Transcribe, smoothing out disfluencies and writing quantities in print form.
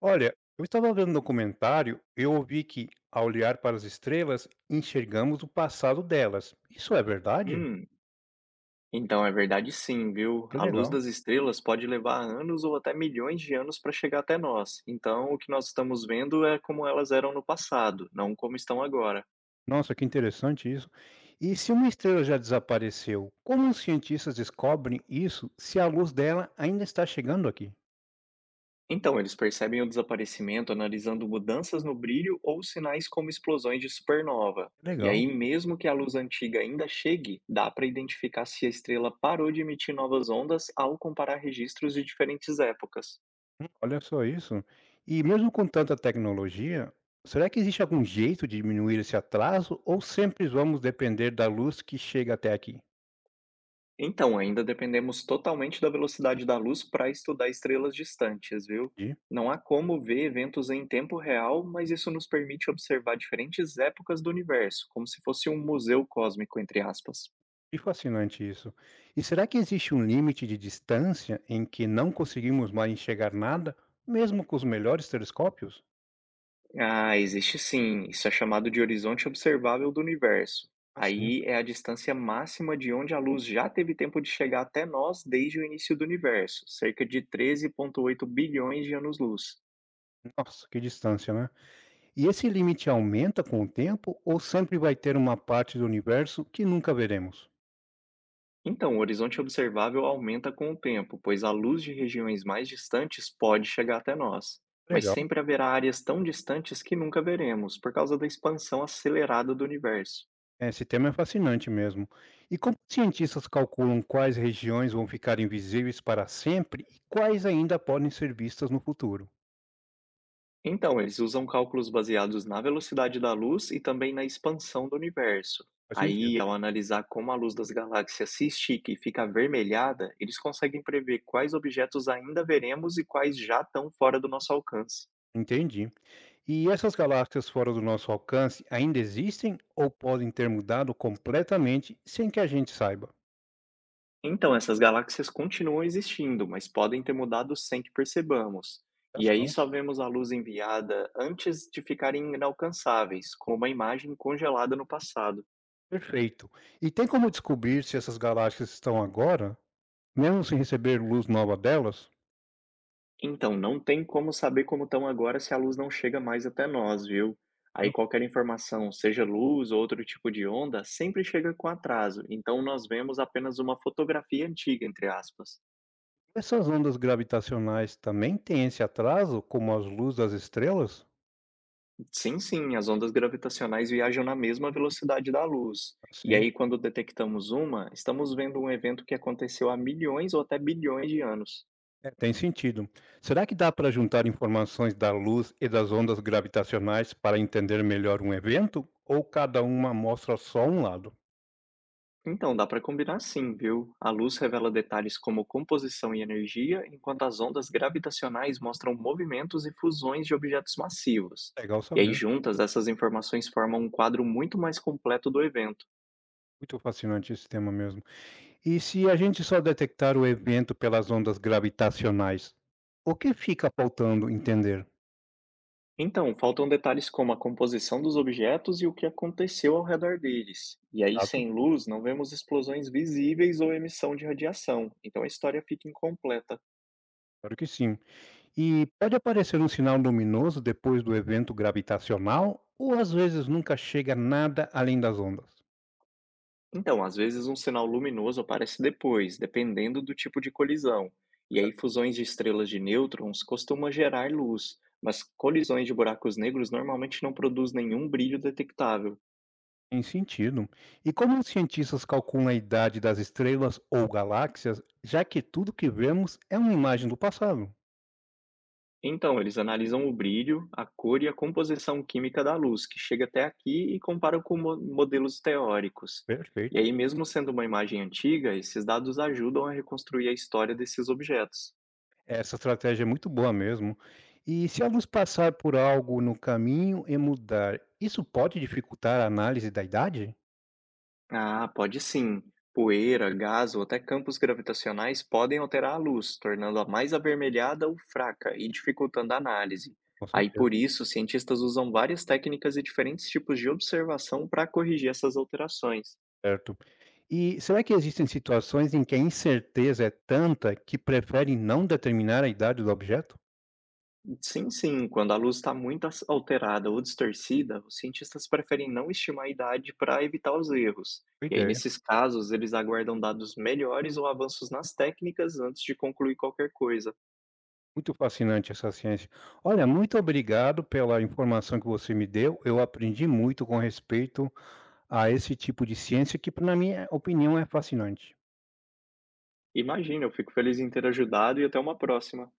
Olha, eu estava vendo um documentário, eu ouvi que, ao olhar para as estrelas, enxergamos o passado delas. Isso é verdade? Hum, então é verdade sim, viu? Que A luz legal. das estrelas pode levar anos ou até milhões de anos para chegar até nós. Então, o que nós estamos vendo é como elas eram no passado, não como estão agora. Nossa, que interessante isso. E se uma estrela já desapareceu, como os cientistas descobrem isso se a luz dela ainda está chegando aqui? Então, eles percebem o desaparecimento analisando mudanças no brilho ou sinais como explosões de supernova. E Legal. aí, mesmo que a luz antiga ainda chegue, dá para identificar se a estrela parou de emitir novas ondas ao comparar registros de diferentes épocas. Olha só isso. E mesmo com tanta tecnologia, será que existe algum jeito de diminuir esse atraso ou sempre vamos depender da luz que chega até aqui? Então, ainda dependemos totalmente da velocidade da luz para estudar estrelas distantes, viu? Não há como ver eventos em tempo real, mas isso nos permite observar diferentes épocas do universo, como se fosse um museu cósmico, entre aspas. Que fascinante isso. E será que existe um limite de distância em que não conseguimos mais enxergar nada, mesmo com os melhores telescópios? Ah, existe sim. Isso é chamado de horizonte observável do universo. Assim, Aí é a distância máxima de onde a luz já teve tempo de chegar até nós desde o início do universo, cerca de 13,8 bilhões de anos-luz. nossa, que distância, né? E esse limite aumenta com o tempo ou sempre vai ter uma parte do universo que nunca veremos? Então, o horizonte observável aumenta com o tempo, pois a luz de regiões mais distantes pode chegar até nós. Mas Legal. sempre haverá áreas tão distantes que nunca veremos, por causa da expansão acelerada do universo. Esse tema é fascinante mesmo. E como os cientistas calculam quais regiões vão ficar invisíveis para sempre e quais ainda podem ser vistas no futuro? Então, eles usam cálculos baseados na velocidade da luz e também na expansão do universo. Faz Aí, sentido. ao analisar como a luz das galáxias se estica e fica avermelhada, eles conseguem prever quais objetos ainda veremos e quais já estão fora do nosso alcance. Entendi. E essas galáxias fora do nosso alcance ainda existem ou podem ter mudado completamente sem que a gente saiba? Então, essas galáxias continuam existindo, mas podem ter mudado sem que percebamos. Já E aí são. só vemos a luz enviada antes de ficarem inalcançáveis, como uma imagem congelada no passado. Perfeito. E tem como descobrir se essas galáxias estão agora, mesmo sem receber luz nova delas? Então, não tem como saber como estão agora se a luz não chega mais até nós, viu? Claro. Aí qualquer informação, seja luz ou outro tipo de onda, sempre chega com atraso, então nós vemos apenas uma fotografia antiga, entre aspas. Essas ondas gravitacionais também têm esse atraso, como as luzes das estrelas? Sim, sim, as ondas gravitacionais viajam na mesma velocidade da luz. E Sim, aí, quando detectamos uma, estamos vendo um evento que aconteceu há milhões ou até bilhões de anos. é, tem sentido. Será que dá para juntar informações da luz e das ondas gravitacionais para entender melhor um evento? Ou cada uma mostra só um lado? Então, dá para combinar sim, viu? A luz revela detalhes como composição e energia, enquanto as ondas gravitacionais mostram movimentos e fusões de objetos massivos. É legal E aí, saber. juntas, essas informações formam um quadro muito mais completo do evento. Muito fascinante esse tema mesmo. E se a gente só detectar o evento pelas ondas gravitacionais, o que fica faltando entender? Então, faltam detalhes como a composição dos objetos e o que aconteceu ao redor deles. E aí, Exato, sem luz, não vemos explosões visíveis ou emissão de radiação, então a história fica incompleta. claro que sim. E pode aparecer um sinal luminoso depois do evento gravitacional, ou às vezes nunca chega nada além das ondas? Então, às vezes, um sinal luminoso aparece depois, dependendo do tipo de colisão. E aí, fusões de estrelas de nêutrons costumam gerar luz, mas colisões de buracos negros normalmente não produz nenhum brilho detectável. Tem sentido. E como os cientistas calculam a idade das estrelas ou galáxias, já que tudo que vemos é uma imagem do passado? Então, eles analisam o brilho, a cor e a composição química da luz, que chega até aqui e comparam com modelos teóricos. E Perfeito. aí, mesmo sendo uma imagem antiga, esses dados ajudam a reconstruir a história desses objetos. Essa estratégia é muito boa mesmo. E se a luz passar por algo no caminho e mudar, isso pode dificultar a análise da idade? Ah, pode sim. Poeira, gás ou até campos gravitacionais podem alterar a luz, tornando-a mais avermelhada ou fraca e dificultando a análise. Com Aí, certeza. por isso, cientistas usam várias técnicas e diferentes tipos de observação para corrigir essas alterações. Certo. E será que existem situações em que a incerteza é tanta que preferem não determinar a idade do objeto? Sim, sim. Quando a luz está muito alterada ou distorcida, os cientistas preferem não estimar a idade para evitar os erros. Boa E aí, ideia. nesses casos, eles aguardam dados melhores ou avanços nas técnicas antes de concluir qualquer coisa. Muito fascinante essa ciência. Olha, muito obrigado pela informação que você me deu. Eu aprendi muito com respeito a esse tipo de ciência que, na minha opinião, é fascinante. Imagina, eu fico feliz em ter ajudado e até uma próxima.